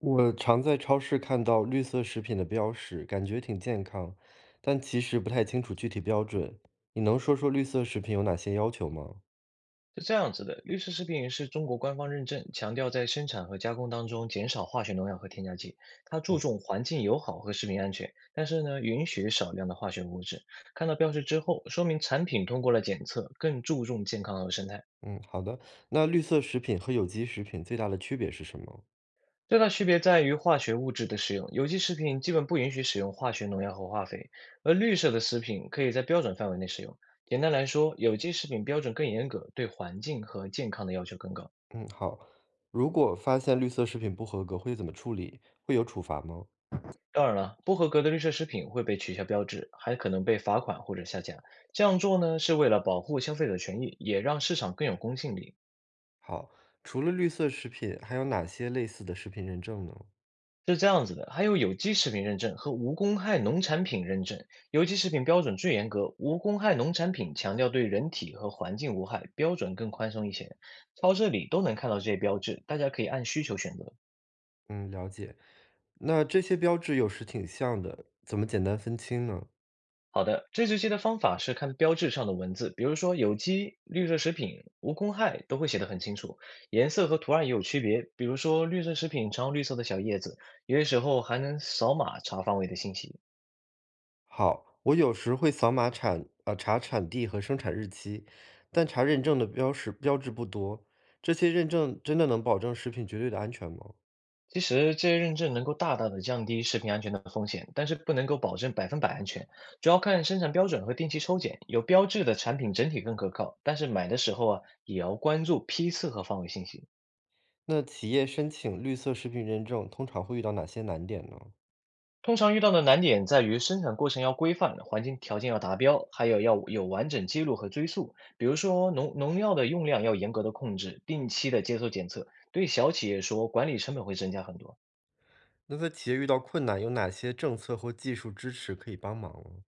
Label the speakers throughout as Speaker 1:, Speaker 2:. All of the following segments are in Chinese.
Speaker 1: 我常在超市看到绿色食品的标识，感觉挺健康，但其实不太清楚具体标准。你能说说绿色食品有哪些要求吗？
Speaker 2: 是这样子的，绿色食品是中国官方认证，强调在生产和加工当中减少化学农药和添加剂。它注
Speaker 1: 嗯
Speaker 2: 重环境友好和食品安全，但是呢，允许少量的化学物质。看到标识之后，说明产品通过了检测，更注重健康和生态。
Speaker 1: 嗯，好的。那绿色食品和有机食品最大的区别是什么？
Speaker 2: 最大区别在于化学物质的使用，有机食品基本不允许使用化学农药和化肥，而绿色的食品可以在标准范围内使用。简单来说，有机食品标准更严格，对环境和健康的要求更高。
Speaker 1: 嗯，好。如果发现绿色食品不合格，会怎么处理？会有处罚吗？
Speaker 2: 当然了，不合格的绿色食品会被取消标志，还可能被罚款或者下架。这样做呢，是为了保护消费者权益，也让市场更有公信力。
Speaker 1: 好。除了绿色食品，还有哪些类似的食品认证呢？
Speaker 2: 是这样子的，还有有机食品认证和无公害农产品认证。有机食品标准最严格，无公害农产品强调对人体和环境无害，标准更宽松一些。超市里都能看到这些标志，大家可以按需求选择。
Speaker 1: 嗯，了解。那这些标志有时挺像的，怎么简单分清呢？
Speaker 2: 好的，这学期的方法是看标志上的文字，比如说有机、绿色食品、无公害都会写得很清楚，颜色和图案也有区别，比如说绿色食品常用绿色的小叶子，有些时候还能扫码查范围的信息。
Speaker 1: 好，我有时会扫码查产地和生产日期，但查认证的标识标志不多。这些认证真的能保证食品绝对的安全吗？
Speaker 2: 其实这些认证能够大大的降低食品安全的风险，但是不能够保证100%安全，主要看生产标准和定期抽检。有标志的产品整体更可靠，但是买的时候啊，也要关注批次和范围信息。
Speaker 1: 那企业申请绿色食品认证通常会遇到哪些难点呢？
Speaker 2: 通常遇到的难点在于生产过程要规范，环境条件要达标，还有要有完整记录和追溯。比如说农药的用量要严格的控制，定期的接受检测。对小企业说，管理成本会增加很多。
Speaker 1: 那在企业遇到困难，有哪些政策或技术支持可以帮忙呢？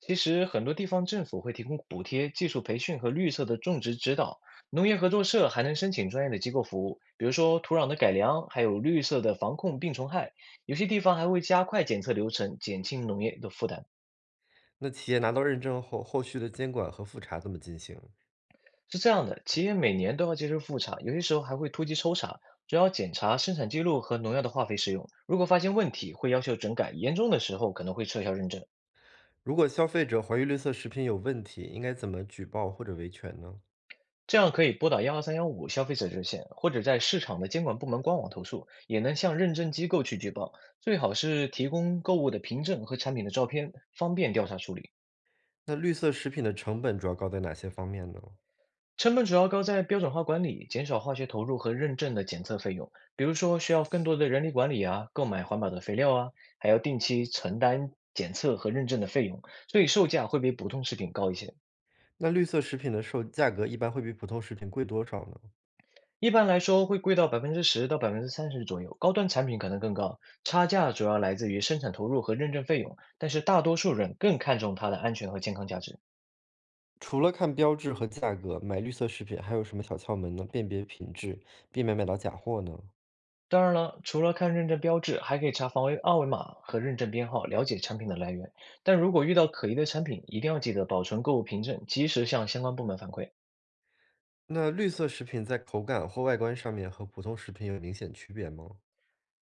Speaker 2: 其实很多地方政府会提供补贴、技术培训和绿色的种植指导，农业合作社还能申请专业的机构服务，比如说土壤的改良，还有绿色的防控病虫害。有些地方还会加快检测流程，减轻农业的负担。
Speaker 1: 那企业拿到认证后，后续的监管和复查怎么进行？
Speaker 2: 是这样的，企业每年都要接受复查，有些时候还会突击抽查，主要检查生产记录和农药的化肥使用。如果发现问题，会要求整改，严重的时候可能会撤销认证。
Speaker 1: 如果消费者怀疑绿色食品有问题，应该怎么举报或者维权呢？
Speaker 2: 这样可以拨打12315消费者热线，或者在市场的监管部门官网投诉，也能向认证机构去举报。最好是提供购物的凭证和产品的照片，方便调查处理。
Speaker 1: 那绿色食品的成本主要高在哪些方面呢？
Speaker 2: 成本主要高在标准化管理、减少化学投入和认证的检测费用，比如说需要更多的人力管理啊，购买环保的肥料啊，还要定期承担检测和认证的费用，所以售价会比普通食品高一些。
Speaker 1: 那绿色食品的售价格一般会比普通食品贵多少呢？
Speaker 2: 一般来说会贵到10%到30%左右，高端产品可能更高。差价主要来自于生产投入和认证费用，但是大多数人更看重它的安全和健康价值。
Speaker 1: 除了看标志和价格，买绿色食品还有什么小窍门呢？辨别品质，避免买到假货呢？
Speaker 2: 当然了，除了看认证标志，还可以查防伪二维码和认证编号，了解产品的来源。但如果遇到可疑的产品，一定要记得保存购物凭证，及时向相关部门反馈。
Speaker 1: 那绿色食品在口感或外观上面和普通食品有明显区别吗？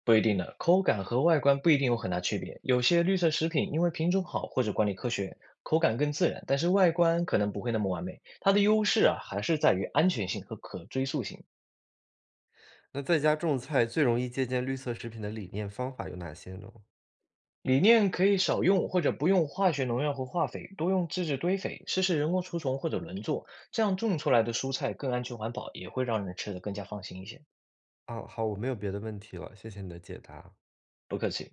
Speaker 2: 不一定的，口感和外观不一定有很大区别。有些绿色食品因为品种好或者管理科学，口感更自然，但是外观可能不会那么完美。它的优势啊，还是在于安全性和可追溯性。
Speaker 1: 那在家种菜最容易借鉴绿色食品的理念方法有哪些呢？
Speaker 2: 理念可以少用或者不用化学农药和化肥，多用自制堆肥，试试人工除虫或者轮作，这样种出来的蔬菜更安全环保，也会让人吃得更加放心一些。
Speaker 1: 啊，好，我没有别的问题了，谢谢你的解答。
Speaker 2: 不客气。